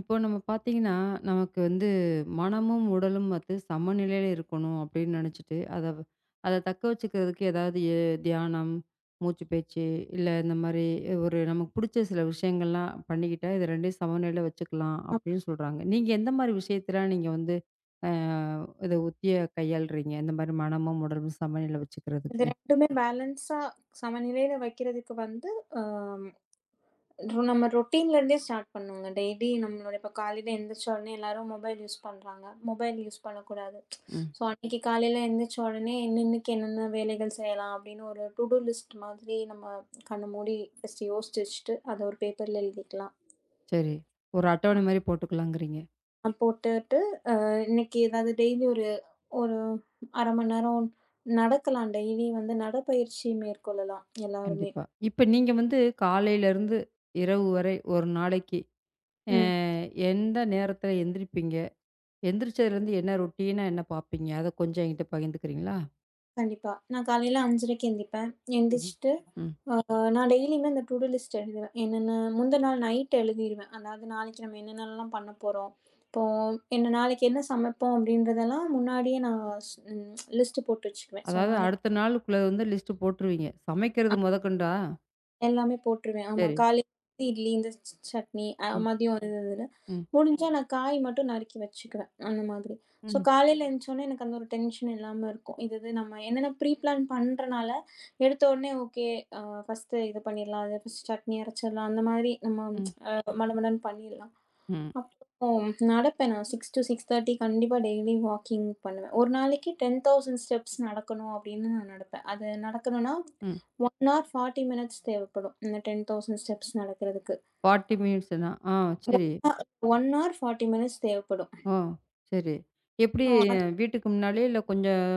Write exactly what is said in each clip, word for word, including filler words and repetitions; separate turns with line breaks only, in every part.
இப்போ நம்ம பார்த்தீங்கன்னா, நமக்கு வந்து மனமும், உடலும் வந்து சமநிலையில இருக்கணும் அப்படின்னு நெனச்சுட்டு, அத அத தக்க வச்சுக்கிறதுக்கு ஏதாவது எ தியானம், மூச்சு பேச்சு, இல்ல இந்த மாரி ஒரு நமக்கு புடிச்ச சில விஷயங்கள்லாம் பண்ணிக்கிட்டா, இது 2யும் சமநிலையில வச்சுக்கலாம்
அப்
அப்படின்னு சொல்றாங்க. நீங்க எந்த மாரி விஷயத்துல நீங்க வந்து அ இத உத்திய கையாளுறீங்க? இந்த மாரி மனமும், உடலும் சமநிலையில
இது
வச்சுக்கிறதுக்கு?
2மே பேலன்ஸா சமநிலையில வைக்கிறதுக்கு வந்து, அம் ரொ நம்ம ரொட்டீன்ல இருந்தே ஸ்டார்ட் பண்ணுங்க. டெய்லி நம்மளோட இப்ப காலையில எந்திரிச்ச உடனே எல்லாரும் மொபைல் யூஸ் பண்றாங்க. மொபைல் யூஸ் பண்ணக்கூடாது.
ம்.
ஸோ, அன்னைக்கு காலையில எந்திரிச்ச உடனே இன்னன்னைக்கு என்னென்ன வேலைகள் செய்யலாம் அப்படின்னு ஒரு டூ டூ லிஸ்ட் மாதிரி நம்ம கண்ண மூடி ஃபர்ஸ்ட் யோசிச்சு வச்சுட்டு, அத ஒரு பேப்பர்ல எழுதிக்கலாம்.
சரி. ஒரு அட்டவணை மாரி போட்டுக்கலாங்கிறீங்க.
அ போட்டுட்டு இன்னைக்கு ஏதாவது டெய்லி ஒரு ஒரு அரை மணி நேரம் நடக்கலாம். டெய்லி வந்து நடைப்பயிற்சி மேற்கொள்ளலாம் எல்லாருமே.
கண்டிப்பா. இப்ப நீங்க வந்து காலையிலருந்து இரவு வரை ஒரு நாளைக்கு அ
ம்.
எந்த நேரத்தில எந்திரிப்பீங்க? எந்திரிச்சதுலேருந்து என்ன ரொட்டீனா என்ன பார்ப்பீங்க? அத கொஞ்சம் என்கிட்ட பகிர்ந்துக்கிறீங்களா?
கண்டிப்பா. நான் காலையில 5:30க்கு எந்திரிப்பேன்.
சரி.
எந்திரிச்சுட்டு,
ம்.
அ நான் டெய்லியுமே அந்த டூ டூ லிஸ்ட் எழுதுவேன். என்னென்ன முந்தின நாள் நைட் எழுதிருவேன். அதாவது நாளைக்கு நம்ம என்னென்னலாம் பண்ண போறோம். இப்போ என்ன நாளைக்கு என்ன சமைப்போம் அப்படின்றதெல்லாம் முன்னாடியே நான் ஸ் ம் லிஸ்ட் போட்டு வச்சுக்குவேன். ஸோ
அதாவது
நாளைக்கு
அடுத்த நாளுக்குள்ளது வந்து லிஸ்ட் போட்டுருவீங்க. சமைக்கிறது மொதக்கொண்டா?
எல்லாமே போட்டுருவேன். ஆமா.
சரி.
காலையில வந்து இட்லி, இந்த ச் சட்னி, அ
ம்.
மதியம் அது இதுன்னு.
ம்.
முடிஞ்சா நான் காய் மட்டும் நறுக்கி வச்சுக்குவேன், அந்த மாதிரி. ஸோ
ம்.
காலையில எந்திரிச்சோனே எனக்கு அந்த ஒரு டென்ஷன் இல்லாம இருக்கும். இது இது நம்ம என்னன்னா ப்ரீ பிளான் பண்றனால, எடுத்த உடனே ஓகே அ ஃபர்ஸ்ட்டு இது பண்ணிடலாம். அது ஃபர்ஸ்ட் சட்னி அரைச்சிடலாம். அந்த மாதிரி நம்ம
ம்.
அ மடமடன்னு பண்ணிடலாம்.
ம்.
அப்புறம் நடப்பேன். நான் ஆறு to ஆறரை கண்டிப்பா டெய்லி வாக்கிங் பண்ணுவேன். ஒரு நாளைக்கு பத்தாயிரம் ஸ்டெப்ஸ் நடக்கணும் அப்படின்னு நான் நடப்பேன். அது நடக்கணும்னா
ம்.
ஒரு ஹார் நாற்பது மினிட்ஸ் தேவைப்படும். இந்த பத்தாயிரம் ஸ்டெப்ஸ் நடக்கிறதுக்கு.
நாற்பது மினிட்ஸ்னா, ஆ சரி.
ஒரு ஹார் நாற்பது மினிட்ஸ் தேவைப்படும்.
ஓ! சரி. எப்படி
அ
அஹ், வீட்டுக்கு முன்னாலயே இல்ல கொஞ்சம்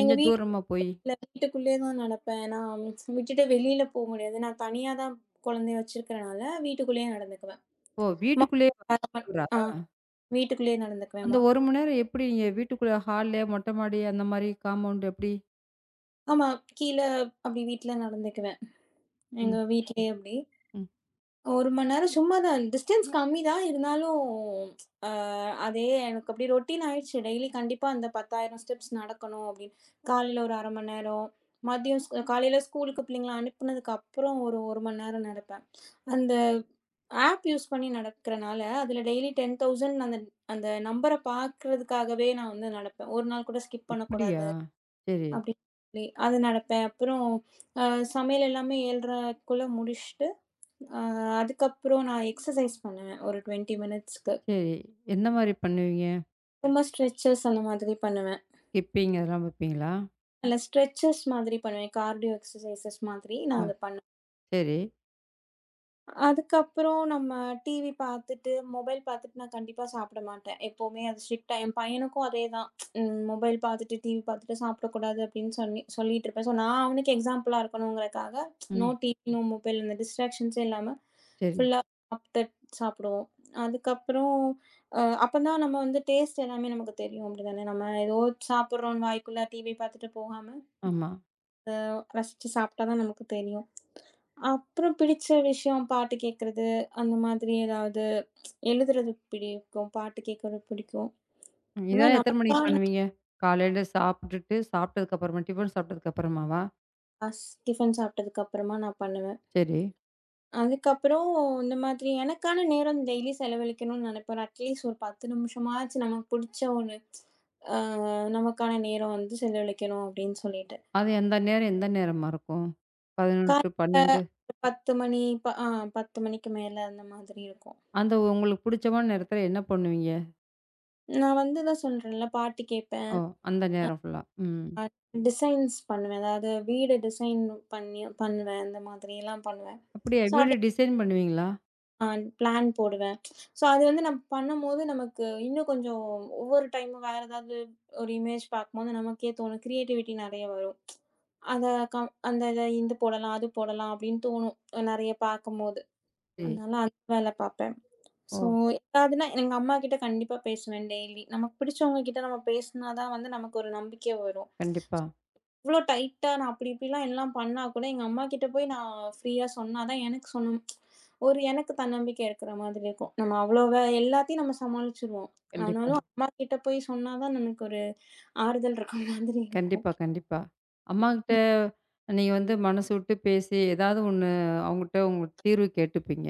எங்க
தூரமா போய்?
வீட்டுக்குள்ள வீட்டுக்குள்ளேயே தான் நடப்பேன். நான் விட்டுட்டு வெளியில போ முடியாது. நான் தனியா தான் குழந்தைய வச்சிருக்கிறனால, வீட்டுக்குள்ளேயே நடந்துக்குவேன்.
ஓ! வீட்டுக்குள்ளேயே
Morning அரை மணி-
வந்துடுறா?
ஆ வீட்டுக்குள்ளேயே
அந்த
நடந்துக்குவேன்மா.
ஒரு மணி நேரம் எப்படி நீங்க வீட்டுக்குள்ள ஹால்ல, மொட்டை மாடி அந்த மாரி காம்பவுண்ட் எப்படி?
ஆமா. கீழ அப்படி வீட்ல நடந்துக்குவேன்.
ம்.
எங்க வீட்லயே அப்படி.
ம்.
ஒரு மணி நேரம் சும்மா தான். டிஸ்டன்ஸ் கம்மி தான். இருந்தாலும் அ அதே எனக்கு அப்படியே ரொட்டீன் ஆயிடுச்சு. டெய்லி கண்டிப்பா அந்த பத்தாயிரம் ஸ்டெப்ஸ் நடக்கணும் அப்படின்னு. காலையில ஒரு அரை மணி நேரம், மதியம் ஸ் காலையில ஸ்கூலுக்கு பிள்ளைங்கள அனுப்புனதுக்கப்புறம் ஒரு 1 மணி நேரம் நடப்பேன். அந்த ஆப் யூஸ் பண்ணி நடக்கிறனால, அதில டெய்லி பத்தாயிரம் அந்த அந்த நம்பர பார்க்கறதுக்காகவே நான் வந்து நடப்பேன். ஒரு நாள் கூட ஸ்கிப்
அப்படியா?
பண்ணக்கூடாது
சரி,
அப்படின்னு சொல்லி, அது நடப்பேன். அப்புறம் அ சமையல் எல்லாமே 7:30க்குள்ள முடிச்சுட்டு ஆ அதுக்கப்புறம் நான் எக்ஸர்சைஸ் பண்ணுவேன். ஒரு இருபது மினிட்ஸ்க்கு.
சரி. எந்த மாரி பண்ணுவீங்க?
சும்மா ஸ்ட்ரெச்சஸ் அந்த மாதிரி பண்ணுவேன்.
ஸ்கிப்பிங் அதெல்லாம் பார்ப்பீங்களா?
இல்ல ஸ்ட்ரெச்சஸ் மாதிரி பண்ணுவேன். கார்டியோ எக்ஸர்சைஸஸ் மாதிரி நான்
ஓ!
அத பண்ணுவேன்.
சரி.
அதுக்கப்புறம் நம்ம டிவி பார்த்துட்டு, மொபைல் பார்த்துட்டு நான் கண்டிப்பா சாப்பிட மாட்டேன். எப்பவுமே அது ஸ்ட்ரிக்ட்டா என் பையனுக்கும் அதேதான். ம் மொபைல் பார்த்துட்டு, டிவி பார்த்துட்டு சாப்பிடக்கூடாது அப்படின்னு சொல்லி சொல்லிட்டு இருப்பேன். ஸோ நான் அவனுக்கு எக்ஸாம்பிளா இருக்கணுங்கிறக்காக, நோ
ம்.
டிவி, நோ மொபைல் இந்த டிஸ்ட்ராக்ஷன்ஸே இல்லாம
சரி.
ஃபுல்லா சாப்பிட்டு சாப்பிடுவோம். அதுக்கப்புறம் அ அப்பதான் நம்ம வந்து டேஸ்ட் எல்லாமே நமக்கு தெரியும் அப்படிதானே? நம்ம ஏதோ சாப்பிடுறோம் வாய்க்குள்ள டிவி பார்த்துட்டு போகாம
ஆமா.
ரசிச்சு சாப்பிட்டா தான் நமக்கு தெரியும். அப்புறம் பிடிச்ச விஷயம் பாட்டு கேட்கறது, அந்த மாதிரி ஏதாவது எழுதுறது பிடிக்கும், பாட்டு கேட்கறது பிடிக்கும்.
ம்.
இந்த மாதிரி
இதெல்லாம் எத்தன மணிக்கு
நமக்கான
பண்ணுவீங்க? காலையில சாப்பிட்டுட்டு, சாப்பிட்டதுக்கப்புறமா டிஃபன் சாப்பிட்டதுக்கு அப்புறமாவா?
அஸ் டிஃபன் சாப்பிட்டதுக்கு அப்புறமா நான் பண்ணுவேன்.
சரி.
அதுக்கப்புறம் இந்த மாதிரி எனக்கான நேரம் டெய்லி செலவழிக்கணும்னு நினைப்பேன். அட்லீஸ்ட் ஒரு பத்து நிமிஷமாச்சு நமக்கு பிடிச்ச ஒண்ணு அ நமக்கான நேரம் வந்து செலவழிக்கணும் அப்படின்னு சொல்லிட்டு.
அது எந்த நேரம் எந்த நேரமா இருக்கும்? பதினொன்று,
காலையில
பன்னிரண்டு
பத்து மணி ப ஆ பத்து மணிக்கு மேல அந்த மாதிரி இருக்கும்.
அந்த உங்களுக்கு புடிச்சமான நேரத்தில என்ன பண்ணுவீங்க?
நான் வந்து தான் சொல்றேன்ல, பாட்டு கேட்பேன்.
ஓ! அந்த நேரம் ஃபுல்லா. ம்.
அ டிசைன்ஸ் பண்ணுவேன். அதாவது வீடு டிசைன் பண்ணி பண்ணுவேன். அந்த மாதிரியெல்லாம் பண்ணுவேன்.
அப்படியா?
ஸோ
வீடு
அதே
டிசைன் பண்ணுவீங்களா?
அ பிளான் போடுவேன். ஸோ அது வந்து நம்ம பண்ணும்போது நமக்கு இன்னும் கொஞ்சம் ஒவ்வொரு டைமும் வேற ஏதாவது ஒரு இமேஜ் பார்க்கும்போது நமக்கே தோணும். கிரியேட்டிவிட்டி நெறைய வரும். அத கம் அந்த இத இது போடலாம், அது போடலாம் அப்படின்னு தோணும். நெறைய பார்க்கும்போது.
சரி.
அதனால அந்த வேல பார்ப்பேன்.
ஓ!
ஸோ ஏதாவதுன்னா எங்க அம்மாகிட்ட கண்டிப்பா பேசுவேன் டெய்லி. நமக்கு பிடிச்சவங்க கிட்ட நம்ம பேசினா தான் வந்து நமக்கு ஒரு நம்பிக்கை வரும்.
கண்டிப்பா,
இவ்ளோ டைட்டா நான் அப்படி இப்படிலாம் எல்லாம் பண்ணா கூட, எங்க அம்மாகிட்ட போய் நான் ஃப்ரீயா சொன்னா தான் எனக்கு சொன்னும் ஒரு எனக்கு தன்னம்பிக்கை இருக்கிற மாதிரி இருக்கும். நம்ம அவ்வளோவா எல்லாத்தையும் நம்ம சமாளிச்சுருவோம்.
கண்டிப்பா.
ஆனாலும் அம்மாகிட்ட போய் சொன்னா தான் நமக்கு ஒரு ஆறுதல் இருக்க மாதிரி இருக்கும்.
கண்டிப்பா, கண்டிப்பா. அம்மாகிட்ட நீங்க வந்து மனசு விட்டு பேசி, ஏதாவது ஒண்ணு அவங்ககிட்ட உங்க தீர்வு கேட்டுப்பீங்க.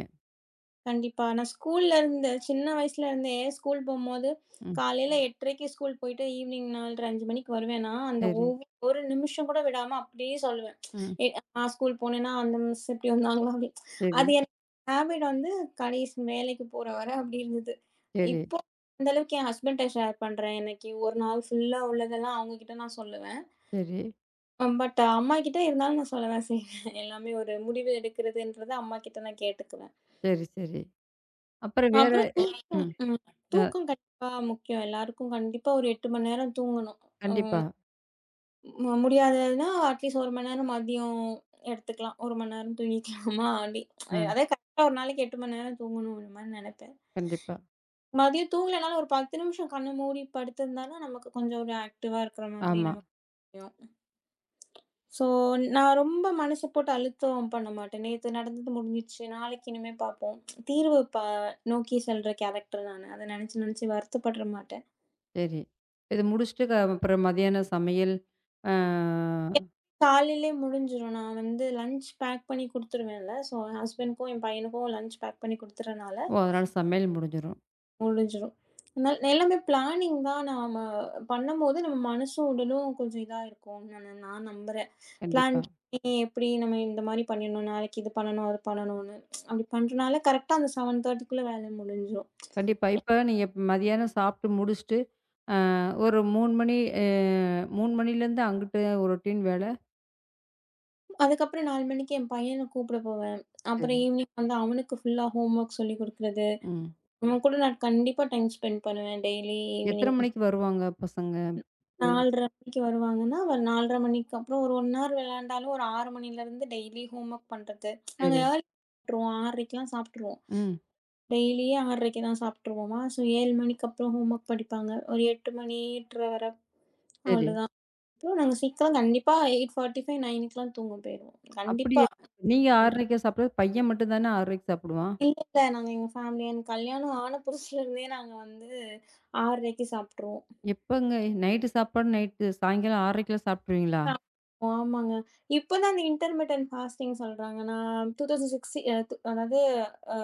கண்டிப்பா. நான் ஸ்கூல்ல இருந்து சின்ன வயசுல இருந்தே ஸ்கூல் போம்போது,
ம்.
காலையில ம். 8:30க்கு ஸ்கூல் போயிட்டு ஈவினிங் நாலு, ஐந்து மணிக்கு வருவேன்னா, அந்த
சரி.
ஒவ் ஒரு நிமிஷம் கூட விடாம அப்படியே சொல்லுவேன்.
ம்.
எ நான் ஸ்கூல் போனேன்னா, அந்த மிஸ் இப்படி வந்தாங்களா? அப்படி.
சரி,
அது எனக்கு ஹேபிட் வந்து கடைசி வேலைக்கு போற வர அப்படி இருந்தது.
சரி,
இப்போ அந்த அளவுக்கு என் ஹஸ்பண்ட்ட ஷேர் பண்றேன். எனக்கு ஒரு நாள் ஃபுல்லா உள்ளதெல்லாம் அவங்க கிட்ட நான் சொல்லுவேன்.
சரி,
பட் அம்மா கிட்ட இருந்தாலும் நான் சொல்லதான் செய்வேன். எல்லாமே ஒரு முடிவு எடுக்கிறதுன்றது அம்மா கிட்ட நான் கேட்டுக்குவேன்.
சரி, சரி. அப்புறம் வேற
அப்புறம்
எ
தூக்கம்.
ம்.
ம்.
அ
தூக்கம் கண்டிப்பா முக்கியம். எல்லாருக்கும் கண்டிப்பா ஒரு எட்டு மணி நேரம் தூங்கணும்.
கண்டிப்பா.
ம முடியாததுன்னா அட்லீஸ்ட் ஒரு மணி நேரம் மதியம் எடுத்துக்கலாம். ஒரு மணி நேரம் தூங்கிக்கலாமா அப்டி
அ
அதே கரெக்ட்டா ஒரு நாளைக்கு எட்டு மணி நேரம் தூங்கணும்ன்ற மாரி நெனைப்பேன்.
கண்டிப்பா.
மதியம் தூங்கலனாலும் ஒரு பத்து நிமிஷம் கண்ண மூடி படுத்திருந்தாலும் நமக்கு கொஞ்சம் ஒரு ஆக்டிவா இருக்கிற மாதிரி
ஆமா.
நமக்கு தெரியும். ஸோ நான் ரொம்ப மனசு போட்டு அழுத்தம் பண்ண மாட்டேன். நேத்து நடந்தது முடிஞ்சிருச்சு. நாளைக்கு இனிமே பார்ப்போம். தீர்வு ப நோக்கி செல்ற கேரக்டர் நானு. அத நெனச்சு நெனச்சு வருத்தப்பட்ற மாட்டேன்.
சரி. இது முடிச்சுட்டு க அப்புறம் மதியானம் சமையல் அ
காலையிலயே முடிஞ்சிரும். நான் வந்து லஞ்ச் பேக் பண்ணி குடுத்துருவேன்ல. ஸோ, என் ஹஸ்பண்டுக்கும், என் பையனுக்கும் லஞ்ச் பேக் பண்ணி குடுத்துறனால
ஓ! அதனால சமையல் முடிஞ்சிரும்.
முடிஞ்சிரும். அதனால எல்லாமே பிளானிங் தான் நாம பண்ணும்போது நம்ம மனசும், உடலும் கொஞ்சம் இதா இருக்கும்னு நான் நான் நம்புறேன். பிளான்
கண்டிப்பா.
பண்ணி எப்படி நம்ம இந்த மாரி பண்ணிடணும், நாளைக்கு இது பண்ணணும், அது பண்ணணும்னு. அப்படி பண்றனால கரெக்ட்டா அந்த 7:30க்குள்ள வேலை முடிஞ்சிரும்.
கண்டிப்பா. இப்ப நீங்க மதியானம் சாப்பிட்டு முடிச்சுட்டு, அ ஒரு மூன்று மணி அ மூன்று மணிலேருந்து அங்கிட்டு ஒரு ரொட்டீன் வேல.
அதுக்கப்புறம் நாலு மணிக்கு என் பையன கூப்பிட போவேன். அப்புறம்
சரி.
ஈவினிங் வந்து அவனுக்கு ஃபுல்லா ஹோம்வொர்க் சொல்லிக் குடுக்குறது.
ம்.
அவன் கூட நான் கண்டிப்பா டைம் ஸ்பெண்ட் பண்ணுவேன் டெய்லி
எத்தன
ஈவினிங்.
மணிக்கு வருவாங்க பசங்க? ம்.
நாலரை மணிக்கு வருவாங்கன்னா, ஒரு நாலரை மணிக்கு அப்புறம் ஒரு 1 ஹவர் விளையாண்டாலும், ஒரு ஆறு மணிலேருந்து டெய்லி ஹோம் ஒர்க் பண்றது. நாங்க
சரி.
ஏர்லி சாப்பிட்டுருவோம். 6:30க்குலாம் சாப்பிட்டுருவோம்.
ம்.
டெய்லியே 6:30க்கு தான் சாப்பிட்டுருவோமா, ஸோ ஏழு மணிக்கு அப்புறம் ஹோம் ஒர்க் படிப்பாங்க. ஒரு எட்டு மணி எட்டரை வர
சரி.
அவ்வளோதான். அப்புறம் நாங்க சீக்கிரம் கண்டிப்பா எட்டு நாற்பத்தி ஐந்து 9க்குலாம் தூங்க போயிருவோம். கண்டிப்பா.
அப்படியா? நீங்க 6:30க்கா சாப்பிடுறது? பையன் மட்டும் தானே 6:30க்கு சாப்பிடுவான்?
இல்ல, இல்ல. நாங்க எங்க ஃபேமிலி எனக்கு கல்யாணம் ஆன புதுசுலேருந்தே நாங்க வந்து 6:30க்கு சாப்பிட்டுருவோம்.
எப்பங்க நைட்டு சாப்பாடு நைட்டு சாயங்காலம் 6:30க்கெல்லாம் சாப்பிட்டுருவீங்களா?
ஆ ஆமாங்க. இப்ப தான் அந்த இன்டர்மிட்டன்ட் ஃபாஸ்டிங் சொல்றாங்க. நான் இரண்டாயிரத்து பதினாறு அ து அதாவது அ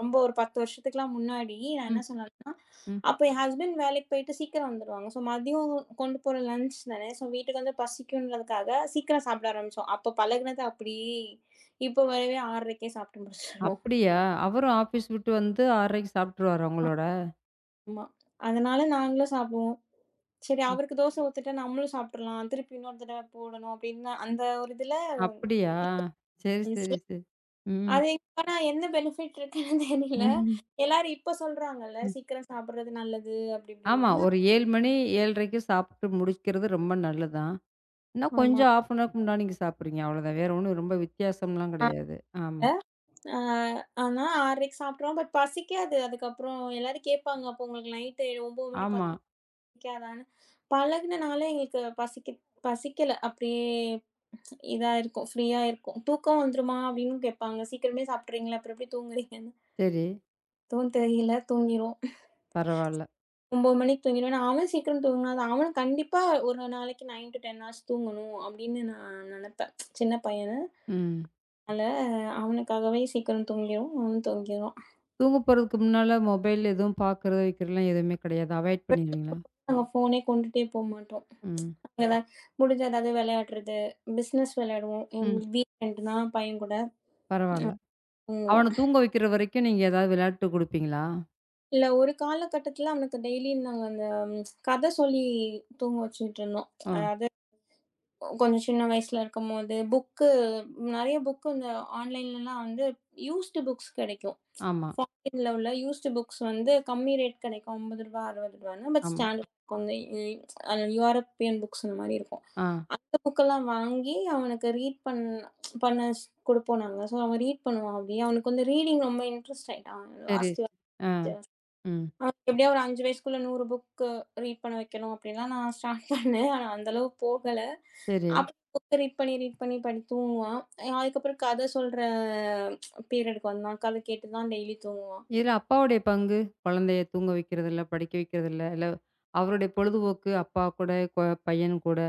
ரொம்ப ஒரு பத்து வருஷத்துக்குலாம் முன்னாடி நான்
ம்.
என்ன சொன்னேன்னா,
ம்.
அப்ப என் ஹஸ்பண்ட் வேலைக்கு போயிட்டு சீக்கிரம் வந்துருவாங்க. ஸோ மதியம் கொண்டு போற லஞ்ச் தானே. ஸோ வீட்டுக்கு வந்து பசிக்கும்ன்றதுக்காக சீக்கிரம் சாப்பிட ஆரம்பிச்சோம். அப்ப பழகுனது அப்படியே இப்ப வரவே 6:30க்கே சாப்பிட்டு முடிச்சுருவோம்.
அப்படியா? அவரும் ஆஃபீஸ் விட்டு வந்து 6:30க்கு சாப்பிட்டுருவாரா உங்களோட?
ஆமா. அதனால நாங்களும் சாப்பிடுவோம். சரி அவருக்கு தோசை ஊத்திட்டா நம்மளும் சாப்பிட்டுறலாம். திருப்பி இன்னொரு தடவை போடணும் அப்படின்னு அந்த ஒரு இதுல
அப்படியா? சரி, சரி, சரி. ம்.
அது இப்ப ஆனா என்ன பெனிஃபிட் இருக்குன்னு தெரியல.
ம்.
எல்லாரும் இப்ப சொல்றாங்கல்ல, சீக்கிரம் சாப்பிடுறது நல்லது அப்டி
ஆமா.
இப்டின்னு.
ஒரு ஏழு மணி 7:30க்கு சாப்பிட்டு முடிக்கிறது ரொம்ப நல்லதுதான். இன்னும்
ஆமா.
கொஞ்சம் அரை அன் ஹவர்க்கு முன்னாடி நீங்க சாப்பிடுறீங்க அவ்வளோதான். வேற ஒண்ணும் ரொம்ப வித்தியாசம்லாம் கிடையாது. ஆமா.
ஆ ஆனா 6:30க்கு சாப்பிட்றோம். பட் பசிக்காது. அதுக்கப்புறம் எல்லாரும் கேட்பாங்க, அப்போ உங்களுக்கு நைட்டு ஒன்பது மணி
ஆமா.
பத்து மணி பசிக்காதான்னு. பழகுனனால எங்களுக்கு பசிக்க பசிக்கல. அப்படியே இதா இருக்கும். ஃப்ரீயா இருக்கும். "தூக்கம் வந்துருமா?" அப்படின்னு கேட்பாங்க. "சீக்கிரமே சாப்பிட்றீங்களா? அப்புறம் எப்படி தூங்குறீங்கன்னு?"
சரி.
எதுவும் தெரியல. தூங்கிருவோம்.
பரவால்ல.
ஒன்பது மணிக்கு தூங்கிடுவேன். நான் அவன் சீக்கிரம் தூங்குனா தான் அவனும் கண்டிப்பா ஒரு நாளைக்கு ஒன்பது டூ பத்து ஹார்ஸ் தூங்கணும் அப்படின்னு நான் நெனப்பேன். சின்ன பையனு.
ம்.
அதனால அவனுக்காகவே சீக்கிரம் தூங்கிருவோம். அவனும் தூங்கிருவான்.
தூங்க போறதுக்கு முன்னால மொபைல் எதுவும் பார்க்கறது, வைக்கிறதுலாம் எதுவுமே கிடையாது. அவாய்ட் பண்ணிருவீங்களா?
நாங்க ஃபோனே கொண்டுட்டே போ மாட்டோம்.
ம்.
அங்க முடிஞ்ச ஏதாவது விளையாடுறது, பிசினஸ் விளையாடுவோம்.
ம்.
எங்களுக்கு வீக்கெண்ட்னா பையன் கூட
பரவால்ல.
தூங்குவோம்.
அவன தூங்க வைக்கிற வரைக்கும் நீங்க ஏதாவது விளையாட்டு குடுப்பீங்களா?
இல்ல ஒரு காலகட்டத்தில அவனுக்கு டெய்லியும் நாங்க அந்த கத சொல்லி தூங்க வச்சுட்டு இருந்தோம்.
ஓ!
அதாவது கொஞ்சம் சின்ன வயசுல இருக்கும்போது, புக்கு நெறைய புக்கு இந்த ஆன்லைன்லலாம் வந்து யூஸ்டு புக்ஸ் கிடைக்கும்.
ஆமா,
ஃபாரின்ல உள்ள யூஸ்டு புக்ஸ் வந்து கம்மி ரேட் கிடைக்கும். ரூ. ஐம்பது ரூ. 60ன்னு பட்
ஆமா.
ஸ்டாண்டர்ட் வந்து யூரோப்பியன் புக்ஸ் இந்த மாரி இருக்கும்.
ஆ.
அந்த புக்கெல்லாம் வாங்கி அவனுக்கு ரீட் பண் பண்ண குடுப்போம் நாங்க. ஸோ அவன் ரீட் பண்ணுவான் அப்படியே. அவனுக்கு வந்து ரீடிங் ரொம்ப இன்ட்ரெஸ்ட் ஆயிட்டான்.
சரி.
வாசிச்சு
ஆ.
வாசிச்சு
ம்.
அ எப்படியா ஒரு ஐந்து வயசுக்குள்ள நூறு புக்கு ரீட் பண்ண வைக்கணும் அப்படின்லாம் நான் ஸ்டார்ட் பண்ணேன். ஆனா அந்த அளவு போகல.
சரி.
அப்ப புக்க ரீட் பண்ணி, ரீட் பண்ணி படி தூங்குவான். அதுக்கப்புறம் கதை சொல்ற பீரியடுக்கு வந்தான். கதை கேட்டு தான் டெய்லி தூங்குவான்.
இதுல அப்பாவுடைய பங்கு? குழந்தைய தூங்க வைக்கிறதுல, படிக்க வைக்கிறதுல, இல்ல அவருடைய பொழுதுபோக்கு அப்பா கூட, கொ பையன் கூட.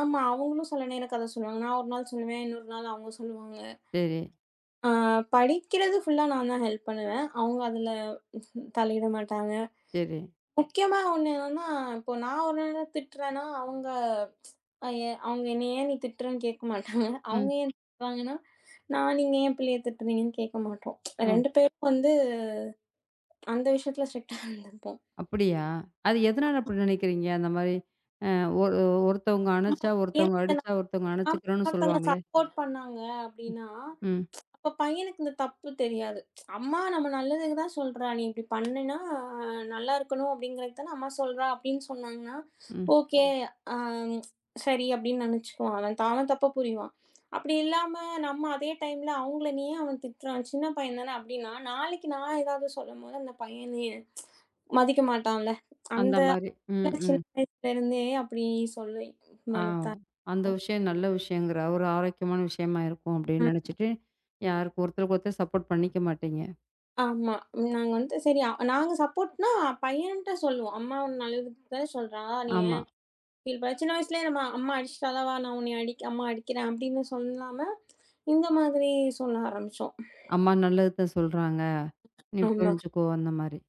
ஆமா, அவங்களும் சில நேரம் கதை சொல்லுவாங்க. நான் ஒரு நாள் சொல்லுவேன், இன்னொரு நாள் அவங்க சொல்லுவாங்க.
சரி,
அ படிக்கிறது ஃபுல்லா நான் தான் ஹெல்ப் பண்ணுவேன். அவங்க அதுல தலையிட மாட்டாங்க.
சரி.
முக்கியமா ஒண்ணு என்னன்னா, இப்போ நான் ஒரு நேரம் திட்டுறேன்னா, அவங்க அ எ அவங்க என்னைய "ஏன் நீ திட்டுறன்னு?" கேட்க மாட்டாங்க.
ம்.
அவங்க ஏன் திட்டுவாங்கன்னா, "நான் நீங்க ஏன் பிள்ளைய திட்டுறீங்கன்னு?" கேட்க மாட்டோம்.
ஆ.
ரெண்டு பேரும் வந்து அந்த விஷயத்துல ஸ்ட்ரிக்ட்டா இருந்துப்போம்.
அப்படியா? அது எதனால அப்படி நினைக்கிறீங்க? அந்த மாரி ஒரு ஒருத்தவங்க அணைச்சா, ஒருத்தவங்க
எனக்கு நான்
அடிச்சா, ஒருத்தவங்க அணைச்சுக்கிறோன்னு
இன்னொருத்தங்க
சொல்லுவாங்களே!
சப்போர்ட் பண்ணாங்க அப்படின்னா
ம்,
இப்ப பையனுக்கு இந்த தப்பு தெரியாது. அம்மா நம்ம நல்லதுக்கு தான் சொல்றா. நீ இப்படி பண்ணுனா ஆஹ், நல்லா இருக்கணும் அப்படிங்கிறதுக்கு தானே அம்மா சொல்றா அப்படின்னு சொன்னாங்கன்னா,
ம்.
ஓகே ம். அ சரி அப்படின்னு நினைச்சுக்குவான். அவன் த அவன் தப்ப புரிவான். அப்படி இல்லாம நம்ம அதே டைம்ல அவங்கள நீ ஏன் அவன் திட்டுறான்? சின்ன பையன் தானே அப்படின்னா, நாளைக்கு நான் ஏதாவது சொல்லும்போது அந்த பையனே மதிக்க மாட்டான்ல.
அந்த
அந்த
மாரி. ம், ம்.
சின்ன வயசுல இருந்தே அப்படி சொல்லி
ஆ
வளர்த்தா.
அந்த விஷயம் நல்ல விஷயங்கிற ஒரு ஆரோக்கியமான விஷயமா இருக்கும் அப்டின்னு நெனச்சுட்டு, யாருக்கு ஒருத்தருக்கு ஒருத்தர் சப்போர்ட் பண்ணிக்க மாட்டீங்க.
ஆமா. நாங்க வந்து சரி அ- நாங்க சப்போர்ட்னா பையன்ட்ட சொல்லுவோம். "அம்மா உன்ன அழுதுட்டு தானே சொல்றான். நீ
ஆமா.
ஏன் ஃபீல் பண்ண" சின்ன வயசுலயே நம்ம அம்மா அடிச்சிட்டாலா வா நான் உன்னைய அடிக்க அம்மா அடிக்கிறேன் அப்படின்னு சொல்லாம, இந்த மாதிரி சொல்ல ஆரம்பிச்சோம்.
அம்மா நல்லதுதான் சொல்றாங்க. நீ
ஆமா,
புரிஞ்சுக்கோ அந்த மாரி.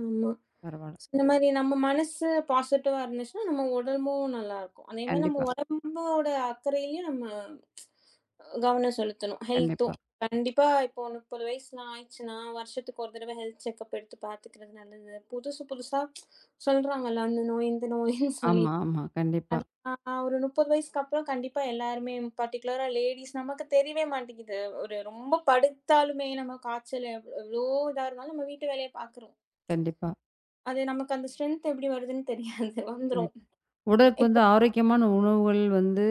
ஆமா.
பரவால்ல.
ஸோ இந்த மாரி நம்ம மனசு பாசிட்டிவா இருந்துச்சுன்னா, நம்ம உடம்பும் நல்லாருக்கும். அதே மாரி நம்ம
கண்டிப்பா,
உடம்போட அக்கறையிலயும் நம்ம கவனம் செலுத்தணும். ஹெல்த்தும்
கண்டிப்பா.
கண்டிப்பா இப்போ முப்பது வயசுலாம் ஆயிடுச்சுன்னா, வருஷத்துக்கு ஒரு தடவ ஹெல்த் செக்கப் எடுத்து பார்த்துக்கிறது நல்லது. புதுசு புதுசா சொல்றாங்கல்ல, அந்த நோய், இந்த நோயின்னு சொல்லி.
ஆமா, ஆமா. கண்டிப்பா,
அது அ ஒரு முப்பது வயசுக்கு அப்புறம் கண்டிப்பா எல்லாருமே பர்ட்டிகுலரா லேடீஸ் நமக்கு தெரியவே மாட்டேங்குது. ஒரு ரொம்ப படுத்தாலுமே நம்ம காய்ச்சல் எவ் எவ்ளோ இதா இருந்தாலும் நம்ம வீட்டு வேலைய பார்க்குறோம்.
கண்டிப்பா.
அது நமக்கு அந்த ஸ்ட்ரென்த் எப்படி வருதுன்னு தெரியாது. வந்துரும்.
கண்டிப்பா. உடலுக்கு
இப்போ
வந்து ஆரோக்கியமான உணவுகள் வந்து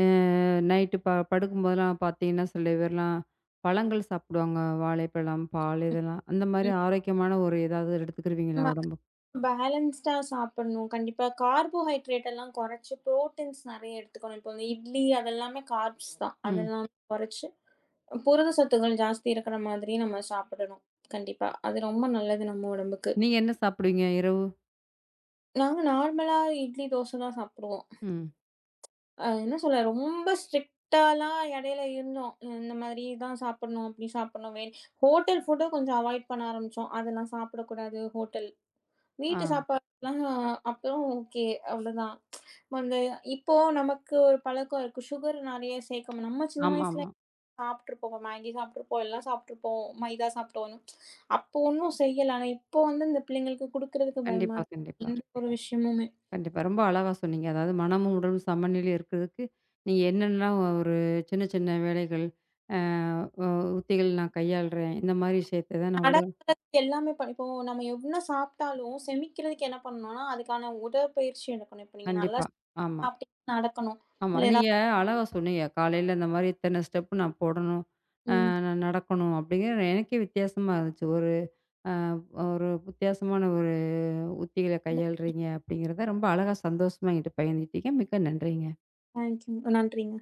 அ நைட்டு ப படுக்கும்போதெல்லாம் பார்த்தீங்கன்னா, சில பேர்லாம் பழங்கள் சாப்பிடுவாங்க. வாழைப்பழம், பால் இதெல்லாம். அந்த மாரி ஆரோக்கியமான ஒரு ஏதாவது எடுத்துக்கிருவீங்களா
நம்ம
உடம்புக்கு?
பேலன்ஸ்டா சாப்பிடணும். கண்டிப்பா கார்போஹைட்ரேட் எல்லாம் குறைச்சு, புரோட்டீன்ஸ் நெறைய எடுத்துக்கணும். இப்போ இந்த இட்லி அதெல்லாமே கார்ப்ஸ் தான்.
ம்.
அதெல்லாம் குறைச்சு, புரத சத்துக்கள் ஜாஸ்தி இருக்கிற மாதிரி நம்ம சாப்பிடணும். கண்டிப்பா. அது ரொம்ப நல்லது நம்ம உடம்புக்கு.
நீங்க என்ன சாப்பிடுவீங்க இரவு?
நாங்க நார்மலா இட்லி, தோசை தான் சாப்பிடுவோம்.
ம்.
அ என்ன சொல்ல, ரொம்ப ஸ்ட்ரிக்ட்டாலாம் இடையில இருந்தோம். அஹ் இந்த மாதிரி தான் சாப்பிடணும், அப்படி சாப்பிடணும். வே ஹோட்டல் ஃபுட்ட கொஞ்சம் அவாய்ட் பண்ண ஆரம்பிச்சோம். அதெல்லாம் சாப்பிடக்கூடாது ஹோட்டல்.
ஆ.
வீட்டு சாப்பாடுலாம் அப்புறம் ஓகே அவ்வளோதான். அந்த இப்போ நமக்கு ஒரு பழக்கம் இருக்கு. சுகர் நெறைய சேர்க்க நம்ம சின்ன வயசுல
ஆமாமா.
சாப்பிட்டுருப்போம். மேகி சாப்பிட்டுருப்போம், எல்லாம் சாப்பிட்டுருப்போம். மைதா சாப்பிட்டோம். அப்போ ஒண்ணும் செய்யல. ஆனா இப்போ வந்து இந்த பிள்ளைங்களுக்கு குடுக்கறதுக்கு பயமா
கண்டிப்பா,
இருக்கு.
கண்டிப்பா.
எந்த ஒரு விஷயமுமே.
கண்டிப்பா. ரொம்ப அழகா சொன்னீங்க. அதாவது மனமும், உடலும் சமநிலையில இருக்கிறதுக்கு, நீங்க என்னென்னலாம் ஒரு சின்ன சின்ன வேலைகள், அ உ உத்திகள் நான் கையாளுறேன். இந்த மாரி விஷயத்த தான் நான் உடல்
நடக்கிறதுக்கு எல்லாமே ப இப்போ நம்ம என்ன சாப்பிட்டாலும் செமிக்கிறதுக்கு என்ன பண்ணணும்னா, அதுக்கான உடற்பயிற்சி எடுக்கணும். இப்போ நீங்க நல்லா
கண்டிப்பா. ஆமா.
சாப்பிட்டீங்கன்னா நடக்கணும்.
ஆமா.
இல்ல
நீங்க
ஏதாவது
அழகா சொன்னீங்க. காலையில இந்த மாரி இத்தன ஸ்டெப் நான் போடணும். அ
ம்.
நான் நடக்கணும் அப்படிங்கிற எனக்கே வித்தியாசமா இருந்துச்சு. ஒரு அ ஒரு வித்தியாசமான ஒரு உத்திகள கையாளுறீங்க அப்படிங்கிறத ரொம்ப அழகா சந்தோஷமா என்கிட்ட பகிர்ந்துக்கிட்டீங்க. மிக்க நன்றிங்க.
தேங்க்யூ. நன்றிங்க.